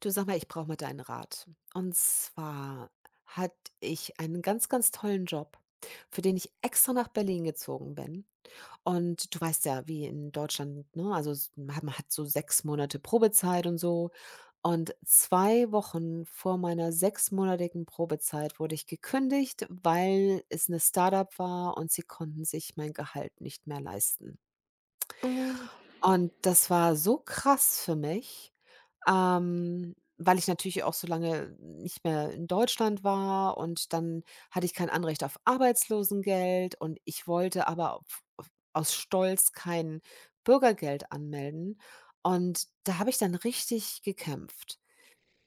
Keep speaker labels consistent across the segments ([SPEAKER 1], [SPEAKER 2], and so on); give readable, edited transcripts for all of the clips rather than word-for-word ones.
[SPEAKER 1] Du, sag mal, ich brauche mal deinen Rat. Und zwar hatte ich einen ganz, ganz tollen Job, für den ich extra nach Berlin gezogen bin. Und du weißt ja, wie in Deutschland, ne? Also, man hat so sechs Monate Probezeit und so. Und zwei Wochen vor meiner sechsmonatigen Probezeit wurde ich gekündigt, weil es eine Startup war und sie konnten sich mein Gehalt nicht mehr leisten.
[SPEAKER 2] Oh,
[SPEAKER 1] Und das war so krass für mich, weil ich natürlich auch so lange nicht mehr in Deutschland war, und dann hatte ich kein Anrecht auf Arbeitslosengeld, und ich wollte aber auf aus Stolz kein Bürgergeld anmelden. Und da habe ich dann richtig gekämpft.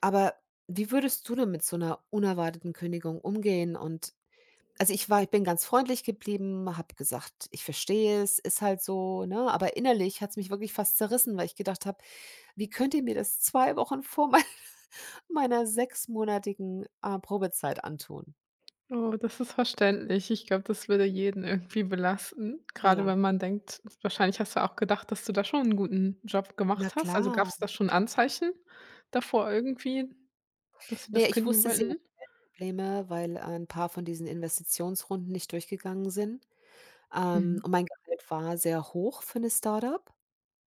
[SPEAKER 1] Aber wie würdest du denn mit so einer unerwarteten Kündigung umgehen? Und also, ich bin ganz freundlich geblieben, habe gesagt: „Ich verstehe es, ist halt so", ne? Aber innerlich hat es mich wirklich fast zerrissen, weil ich gedacht habe: „Wie könnt ihr mir das 2 Wochen vor mei meiner sechsmonatigen, Probezeit antun?"
[SPEAKER 2] oh, das ist verständlich. Ich glaube, das würde jeden irgendwie belasten. Gerade,
[SPEAKER 1] Ja,
[SPEAKER 2] wenn man denkt, wahrscheinlich hast du auch gedacht, dass du da schon einen guten Job
[SPEAKER 1] na
[SPEAKER 2] gemacht hast. Also, gab
[SPEAKER 1] klar.
[SPEAKER 2] es da schon Anzeichen davor irgendwie, dass sie
[SPEAKER 1] Ne,
[SPEAKER 2] das
[SPEAKER 1] ich
[SPEAKER 2] kündigen
[SPEAKER 1] wusste, sie hat
[SPEAKER 2] wollten?
[SPEAKER 1] Probleme, weil ein paar von diesen Investitionsrunden nicht durchgegangen sind. Ähm,
[SPEAKER 2] Mhm,
[SPEAKER 1] und mein Gehalt war sehr hoch für 'ne Startup.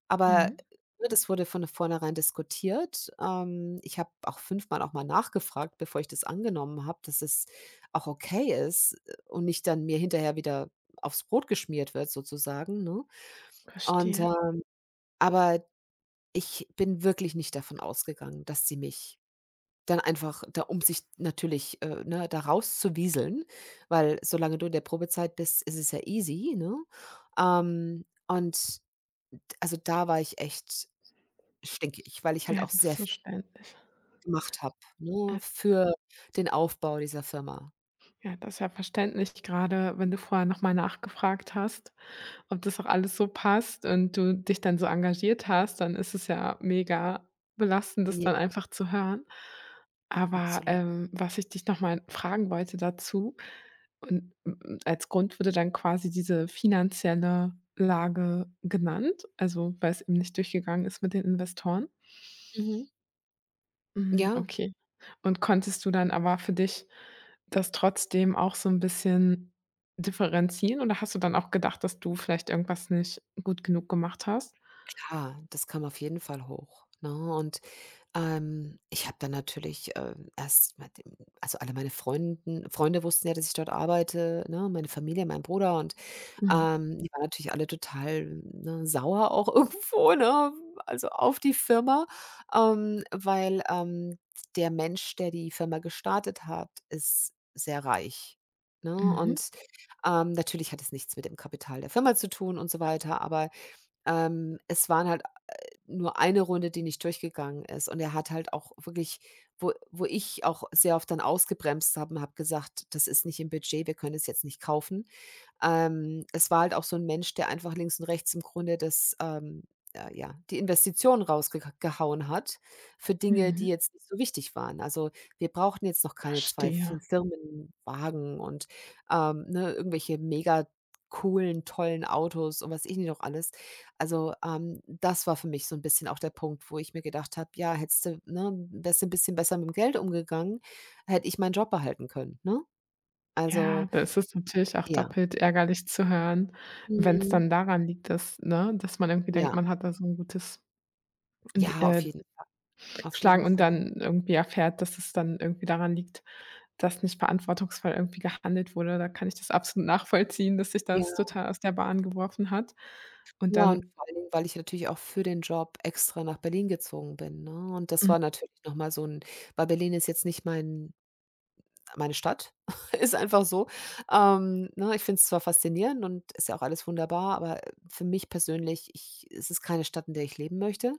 [SPEAKER 1] Aber,
[SPEAKER 2] mhm,
[SPEAKER 1] ne, das wurde von vornherein diskutiert. Ich habe auch fünfmal auch mal nachgefragt, bevor ich das angenommen habe, dass es auch okay ist, und nicht dann mir hinterher wieder aufs Brot geschmiert wird sozusagen, ne? Und,
[SPEAKER 2] verstehe.
[SPEAKER 1] aber ich bin wirklich nicht davon ausgegangen, dass sie mich dann einfach da um sich natürlich, ne, da rauszuwieseln, weil solange du in der Probezeit bist, ist es ja easy, ne? Und also, da war ich echt, denke ich, weil ich halt
[SPEAKER 2] Ja,
[SPEAKER 1] auch
[SPEAKER 2] das ist
[SPEAKER 1] sehr viel
[SPEAKER 2] verständlich.
[SPEAKER 1] gemacht habe, ne,
[SPEAKER 2] Ja,
[SPEAKER 1] für den Aufbau dieser Firma.
[SPEAKER 2] ja, das ist ja verständlich. Gerade, wenn du vorher noch mal nachgefragt hast, ob das auch alles so passt und du dich dann so engagiert hast, dann ist es ja mega belastend, das
[SPEAKER 1] Ja,
[SPEAKER 2] dann einfach zu hören. Aber,
[SPEAKER 1] absolut.
[SPEAKER 2] was ich dich nochmal fragen wollte dazu und m als Grund wurde dann quasi diese finanzielle Lage genannt, also, weil es eben nicht durchgegangen ist mit den Investoren?
[SPEAKER 1] Mhm.
[SPEAKER 2] Mhm,
[SPEAKER 1] Ja,
[SPEAKER 2] okay. Und konntest du dann aber für dich das trotzdem auch so 'n bisschen differenzieren oder hast du dann auch gedacht, dass du vielleicht irgendwas nicht gut genug gemacht hast?
[SPEAKER 1] klar, das kam auf jeden Fall hoch, ne? Und, ich habe dann natürlich, erst mit dem also, alle meine Freunde wussten ja, dass ich dort arbeite, ne, meine Familie, mein Bruder. Und
[SPEAKER 2] Mhm,
[SPEAKER 1] Die waren natürlich alle total, ne, sauer auch, irgendwo, ne, also auf die Firma, weil, der Mensch, der die Firma gestartet hat, ist sehr reich, ne?
[SPEAKER 2] mhm,
[SPEAKER 1] Und, natürlich hat es nichts mit dem Kapital der Firma zu tun und so weiter, aber, es waren halt nur eine Runde, die nicht durchgegangen ist. Und er hat halt auch wirklich, wo ich auch sehr oft dann ausgebremst habe und habe gesagt: „Das ist nicht im Budget, wir können es jetzt nicht kaufen." Es war halt auch so 'n Mensch, der einfach links und rechts im Grunde das, ja, die Investition rausgeka gehauen hat für Dinge, die
[SPEAKER 2] mhm,
[SPEAKER 1] jetzt nicht so wichtig waren. Also, wir brauchten jetzt noch keine 2
[SPEAKER 2] verstehe.
[SPEAKER 1] Firmen, Wagen und, ne, irgendwelche mega coolen, tollen Autos und was weiß ich nicht noch alles. Also, das war für mich so 'n bisschen auch der Punkt, wo ich mir gedacht habe: „Ja, hättest du, ne, wärst du 'n bisschen besser mit'm Geld umgegangen, hätte ich meinen Job behalten können", ne? Also,
[SPEAKER 2] Ja, da ist es natürlich auch
[SPEAKER 1] ja.
[SPEAKER 2] doppelt ärgerlich zu hören, wenn's
[SPEAKER 1] Mhm.
[SPEAKER 2] dann daran liegt, dass ne, dass man irgendwie
[SPEAKER 1] Ja.
[SPEAKER 2] denkt, man hat da so 'n gutes, d
[SPEAKER 1] Ja, auf
[SPEAKER 2] Schlagen
[SPEAKER 1] jeden
[SPEAKER 2] und
[SPEAKER 1] Fall.
[SPEAKER 2] dann irgendwie erfährt, dass es dann irgendwie daran liegt. Dass nicht verantwortungsvoll irgendwie gehandelt wurde, da kann ich das absolut nachvollziehen, dass sich
[SPEAKER 1] Ja,
[SPEAKER 2] das total aus der Bahn geworfen hat. Und
[SPEAKER 1] ja, und
[SPEAKER 2] dann
[SPEAKER 1] vor allen Dingen, weil ich natürlich auch für den Job extra nach Berlin gezogen bin, ne? Und das war natürlich noch mal so 'n weil Berlin ist jetzt nicht meine Stadt, ist einfach so. Ne, ich finde es zwar faszinierend und ist ja auch alles wunderbar, aber für mich persönlich, ich es ist keine Stadt, in der ich leben möchte.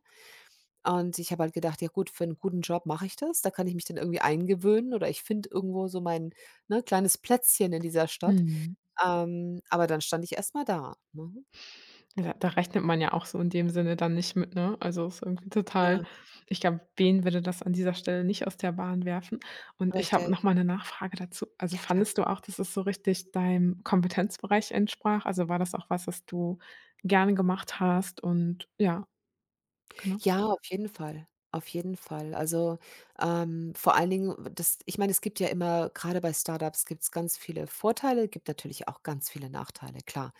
[SPEAKER 1] Und ich habe halt gedacht: „Ja gut, für 'n guten Job mache ich das. Da kann ich mich dann irgendwie eingewöhnen oder ich finde irgendwo so mein, ne, kleines Plätzchen in dieser Stadt."
[SPEAKER 2] mhm,
[SPEAKER 1] Aber dann stand ich erst mal da, ne?
[SPEAKER 2] ja, da rechnet man ja auch so in dem Sinne dann nicht mit, ne? Also, ist irgendwie total,
[SPEAKER 1] Ja,
[SPEAKER 2] ich glaube, wen würde das an dieser Stelle nicht aus der Bahn werfen? Und ich habe
[SPEAKER 1] richtig.
[SPEAKER 2] noch mal 'ne Nachfrage dazu. Also,
[SPEAKER 1] Ja, klar.
[SPEAKER 2] fandest du auch, dass es so richtig deinem Kompetenzbereich entsprach? Also, war das auch was, was du gerne gemacht hast und ja, genau.
[SPEAKER 1] Ja, auf jeden Fall. Auf jeden Fall. Also, vor allen Dingen, das, ich meine, es gibt ja immer, gerade bei Startups gibt es ganz viele Vorteile, gibt natürlich auch ganz viele Nachteile, klar.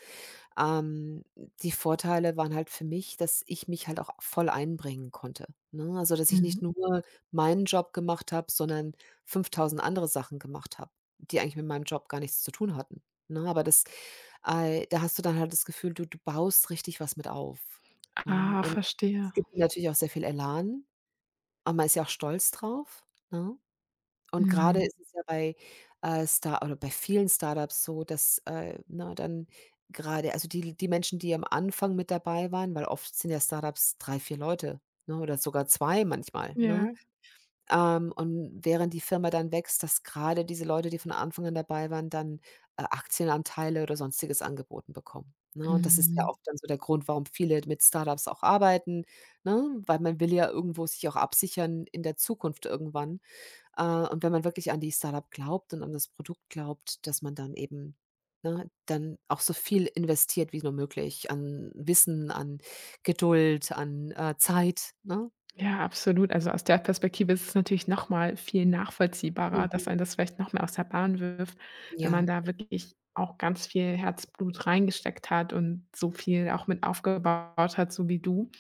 [SPEAKER 1] Ähm, die Vorteile waren halt für mich, dass ich mich halt auch voll einbringen konnte, ne? Also, dass ich nicht
[SPEAKER 2] Mhm.
[SPEAKER 1] nur meinen Job gemacht habe, sondern 5.000 andere Sachen gemacht habe, die eigentlich mit meinem Job gar nichts zu tun hatten, ne? Aber da hast du dann halt das Gefühl, du baust richtig was mit auf, ne?
[SPEAKER 2] Ah,
[SPEAKER 1] Und es
[SPEAKER 2] verstehe.
[SPEAKER 1] gibt dir natürlich auch sehr viel Elan, aber man ist ja auch stolz drauf, ne? Und gerade
[SPEAKER 2] Mhm.
[SPEAKER 1] ist es ja bei vielen Startups so, dass, ne, dann gerade, also die Menschen, die am Anfang mit dabei waren, weil oft sind ja Startups drei, 4 Leute, ne, oder sogar 2 manchmal, ne?
[SPEAKER 2] Ja.
[SPEAKER 1] Und während die Firma dann wächst, dass gerade diese Leute, die von Anfang an dabei waren, dann, Aktienanteile oder Sonstiges angeboten bekommen, ne? Und das ist ja
[SPEAKER 2] Mhm.
[SPEAKER 1] oft dann so der Grund, warum viele mit Startups auch arbeiten, ne? Weil man will ja irgendwo sich auch absichern in der Zukunft irgendwann. Äh, und wenn man wirklich an die Startup glaubt und an das Produkt glaubt, dass man dann eben, ne, dann auch so viel investiert wie nur möglich, an Wissen, an Geduld, an, Zeit, ne?
[SPEAKER 2] Ja, absolut. Also, aus der Perspektive ist es natürlich noch mal viel nachvollziehbarer, dass
[SPEAKER 1] Mhm.
[SPEAKER 2] einen das vielleicht noch mehr aus der Bahn wirft, wenn man
[SPEAKER 1] Ja.
[SPEAKER 2] da wirklich auch ganz viel Herzblut reingesteckt hat und so viel auch mit aufgebaut hat, so wie du.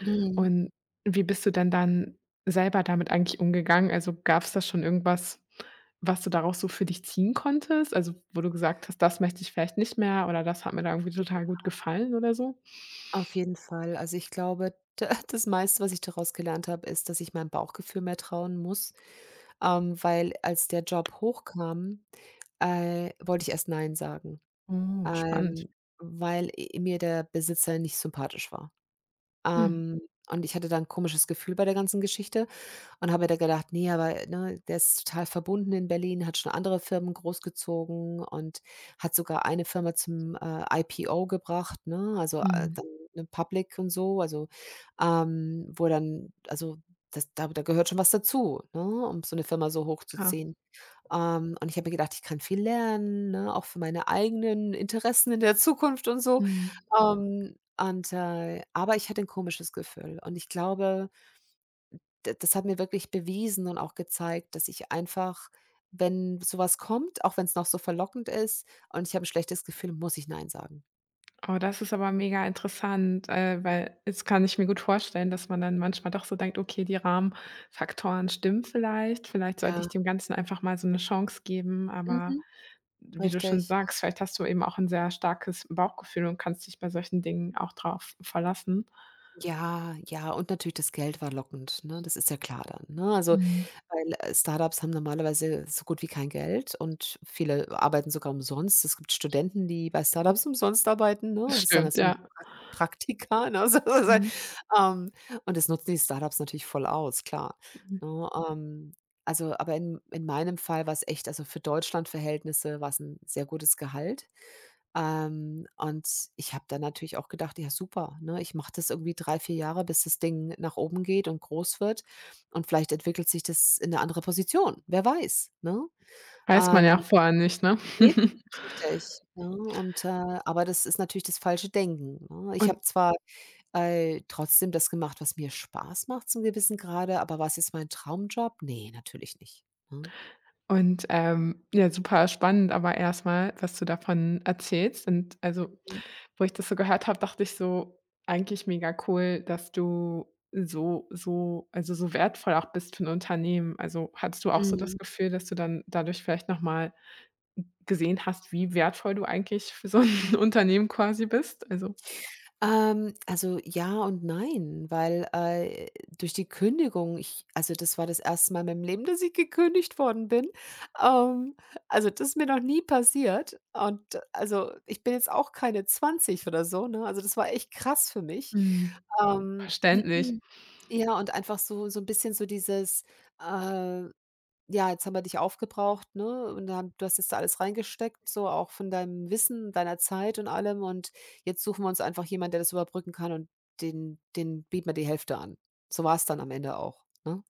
[SPEAKER 1] Mhm.
[SPEAKER 2] Und wie bist du denn dann selber damit eigentlich umgegangen? Also, gab es da schon irgendwas, was du daraus so für dich ziehen konntest? Also, wo du gesagt hast: „Das möchte ich vielleicht nicht mehr“ oder „Das hat mir da irgendwie total gut gefallen“ oder so?
[SPEAKER 1] Auf jeden Fall. Also, ich glaube, d das meiste, was ich daraus gelernt habe, ist, dass ich meinem Bauchgefühl mehr trauen muss, weil, als der Job hochkam, wollte ich erst „Nein" sagen,
[SPEAKER 2] Oh, spannend.
[SPEAKER 1] ähm, weil i mir der Besitzer nicht sympathisch war.
[SPEAKER 2] Mhm.
[SPEAKER 1] Ähm, und ich hatte dann 'n komisches Gefühl bei der ganzen Geschichte. Und habe mir dann gedacht: „Nee, aber, ne, der ist total verbunden in Berlin, hat schon andere Firmen großgezogen und hat sogar eine Firma zum, IPO gebracht", ne? Also,
[SPEAKER 2] Mhm.
[SPEAKER 1] dann, ne, Public und so, also, wo dann, also, das da gehört schon was dazu, ne, um so eine Firma so
[SPEAKER 2] Klar.
[SPEAKER 1] hochzuziehen. Und ich habe mir gedacht, ich kann viel lernen, ne, auch für meine eigenen Interessen in der Zukunft und so.
[SPEAKER 2] Mhm.
[SPEAKER 1] Aber ich hatte ein komisches Gefühl, und ich glaube, d das hat mir wirklich bewiesen und auch gezeigt, dass ich einfach, wenn sowas kommt, auch wenn es noch so verlockend ist und ich habe ein schlechtes Gefühl, muss ich nein sagen
[SPEAKER 2] Oh, das ist aber mega interessant, weil jetzt kann ich mir gut vorstellen, dass man dann manchmal doch so denkt: „Okay, die Rahmenfaktoren stimmen vielleicht. Vielleicht sollte
[SPEAKER 1] Ja,
[SPEAKER 2] ich dem Ganzen einfach mal so eine Chance geben.“ Aber
[SPEAKER 1] mhm,
[SPEAKER 2] wie du schon
[SPEAKER 1] richtig.
[SPEAKER 2] sagst, vielleicht hast du eben auch ein sehr starkes Bauchgefühl und kannst dich bei solchen Dingen auch drauf verlassen.
[SPEAKER 1] Ja, ja, und natürlich das Geld war lockend, ne? Das ist ja klar dann, ne? Also
[SPEAKER 2] Mhm.
[SPEAKER 1] weil, Startups haben normalerweise so gut wie kein Geld, und viele arbeiten sogar umsonst. Es gibt Studenten, die bei Startups umsonst arbeiten, ne, und
[SPEAKER 2] Das
[SPEAKER 1] das ist dann als
[SPEAKER 2] stimmt,
[SPEAKER 1] so 'n
[SPEAKER 2] ja.
[SPEAKER 1] Praktika, ne, so, so, so.
[SPEAKER 2] Mhm,
[SPEAKER 1] ähm, und das nutzen die Startups natürlich voll aus, klar,
[SPEAKER 2] mhm.
[SPEAKER 1] ne? Also, aber in meinem Fall war es echt, also, für Deutschland-Verhältnisse war es ein sehr gutes Gehalt. Und ich habe dann natürlich auch gedacht: „Ja super, ne? Ich mache das irgendwie drei, 4 Jahre, bis das Ding nach oben geht und groß wird, und vielleicht entwickelt sich das in eine andere Position. Wer weiß", ne?
[SPEAKER 2] Weiß man ja
[SPEAKER 1] Ähm,
[SPEAKER 2] auch vorher nicht, ne?
[SPEAKER 1] eben, richtig, ne? Und, aber das ist natürlich das falsche Denken, ne? Ich habe
[SPEAKER 2] Und
[SPEAKER 1] zwar, trotzdem das gemacht, was mir Spaß macht zum gewissen Grade, aber war es jetzt mein Traumjob? Ne, natürlich nicht, ne?
[SPEAKER 2] Ja, super spannend aber erstmal was du davon erzählst. Und also,
[SPEAKER 1] Mhm,
[SPEAKER 2] wo ich das so gehört habe, dachte ich so: „Eigentlich mega cool, dass du so wertvoll auch bist für ein Unternehmen.“ Also, hattest du auch so
[SPEAKER 1] mhm.
[SPEAKER 2] das Gefühl, dass du dann dadurch vielleicht noch mal gesehen hast, wie wertvoll du eigentlich für so ein Unternehmen quasi bist? Also
[SPEAKER 1] Also, ja und nein, weil, durch die Kündigung, ich also das war das erste Mal in meinem Leben, dass ich gekündigt worden bin. Ähm, also, das ist mir noch nie passiert, und also, ich bin jetzt auch keine 20 oder so, ne? Also das war echt krass für mich.
[SPEAKER 2] mhm,
[SPEAKER 1] Ähm,
[SPEAKER 2] verständlich.
[SPEAKER 1] ja, und einfach so, ein bisschen so dieses, äh ja, jetzt haben wir dich aufgebraucht, ne? Du hast jetzt da alles reingesteckt, so auch von deinem Wissen, deiner Zeit und allem. Und jetzt suchen wir uns einfach jemanden, der das überbrücken kann, und den bieten wir die Hälfte an. So war es dann am Ende auch, ne?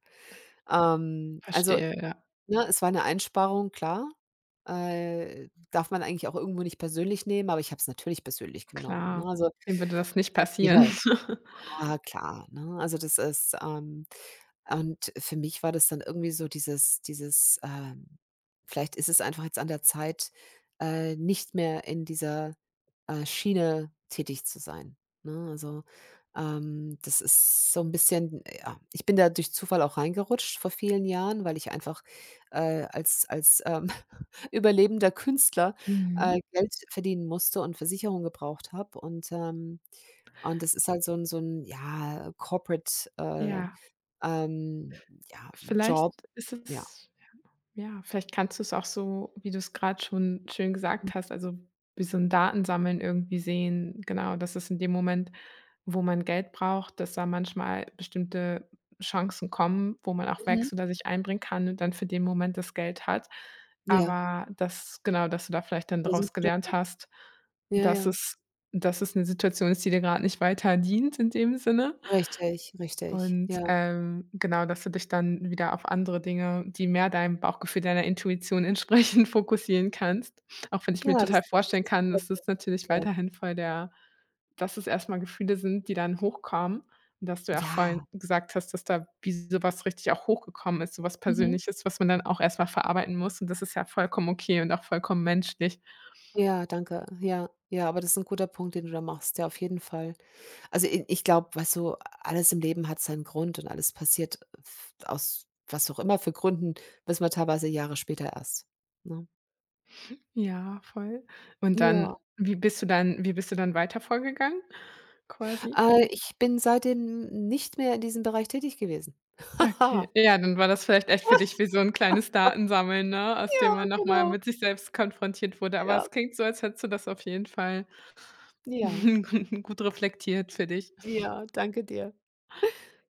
[SPEAKER 1] Also,
[SPEAKER 2] Verstehe, ja,
[SPEAKER 1] ne, es war eine Einsparung, klar. Darf man eigentlich auch irgendwo nicht persönlich nehmen, aber ich habe es natürlich persönlich genommen, ne?
[SPEAKER 2] klar.
[SPEAKER 1] Also,
[SPEAKER 2] Dem würde das nicht
[SPEAKER 1] ich glaube,
[SPEAKER 2] passieren?
[SPEAKER 1] jeder. Ah, klar, ne? Also, das ist, und für mich war das dann irgendwie so dieses, vielleicht ist es einfach jetzt an der Zeit, nicht mehr in dieser, Schiene tätig zu sein, ne? Also, das ist so ein bisschen, ja, ich bin da durch Zufall auch reingerutscht vor vielen Jahren, weil ich einfach, als, überlebender Künstler,
[SPEAKER 2] Mhm.
[SPEAKER 1] Geld verdienen musste und Versicherung gebraucht habe und das ist halt so ein, ja, Corporate,
[SPEAKER 2] Ja,
[SPEAKER 1] ähm, ja,
[SPEAKER 2] vielleicht
[SPEAKER 1] Job,
[SPEAKER 2] ist
[SPEAKER 1] ja.
[SPEAKER 2] es Ja, vielleicht kannst du es auch so, wie du es gerade schon schön gesagt hast, also, wie so 'n Datensammeln irgendwie sehen, genau, dass es in dem Moment, wo man Geld braucht, dass da manchmal bestimmte Chancen kommen, wo man auch
[SPEAKER 1] Mhm.
[SPEAKER 2] wächst oder sich einbringen kann und dann für den Moment das Geld hat.
[SPEAKER 1] Ja,
[SPEAKER 2] Aber das genau, dass du da vielleicht dann
[SPEAKER 1] das ist 'n
[SPEAKER 2] draus
[SPEAKER 1] guter
[SPEAKER 2] gelernt
[SPEAKER 1] Punkt.
[SPEAKER 2] hast,
[SPEAKER 1] Ja,
[SPEAKER 2] dass
[SPEAKER 1] ja.
[SPEAKER 2] es dass es eine Situation ist, die dir gerade nicht weiter dient in dem Sinne.
[SPEAKER 1] Richtig, richtig.
[SPEAKER 2] Und,
[SPEAKER 1] Ja.
[SPEAKER 2] genau, dass du dich dann wieder auf andere Dinge, die mehr deinem Bauchgefühl, deiner Intuition entsprechen, fokussieren kannst. Auch wenn ich mir
[SPEAKER 1] Ja,
[SPEAKER 2] total
[SPEAKER 1] das
[SPEAKER 2] vorstellen
[SPEAKER 1] ist 'n
[SPEAKER 2] kann,
[SPEAKER 1] guter
[SPEAKER 2] dass das
[SPEAKER 1] Tipp, danke
[SPEAKER 2] natürlich
[SPEAKER 1] dir.
[SPEAKER 2] weiterhin voll der, dass es erstmal Gefühle sind, die dann hochkommen und dass du ja auch vorhin
[SPEAKER 1] Ja.
[SPEAKER 2] gesagt hast, dass da wie sowas richtig auch hochgekommen ist, sowas
[SPEAKER 1] Mhm.
[SPEAKER 2] Persönliches, was man dann auch erstmal verarbeiten muss und das ist ja vollkommen okay und auch vollkommen menschlich.
[SPEAKER 1] Ja, danke. Ja, ja, aber das ist 'n guter Punkt, den du da machst, ja, auf jeden Fall. Also, i ich glaube, weißt du, alles im Leben hat seinen Grund und alles passiert, f aus was auch immer für Gründen, wissen wir teilweise Jahre später erst, ne?
[SPEAKER 2] Ja, voll. Und dann
[SPEAKER 1] Ja.
[SPEAKER 2] wie bist du dann weiter vorgegangen quasi?
[SPEAKER 1] Ich bin seitdem nicht mehr in diesem Bereich tätig gewesen.
[SPEAKER 2] Okay, ja, dann war das vielleicht echt für dich wie so 'n kleines Datensammeln, ne, aus
[SPEAKER 1] Ja,
[SPEAKER 2] dem man noch mal
[SPEAKER 1] genau.
[SPEAKER 2] mit sich selbst konfrontiert wurde. Aber
[SPEAKER 1] Ja,
[SPEAKER 2] es klingt so, als hättest du das auf jeden Fall
[SPEAKER 1] ja,
[SPEAKER 2] gut reflektiert für dich.
[SPEAKER 1] ja, danke dir.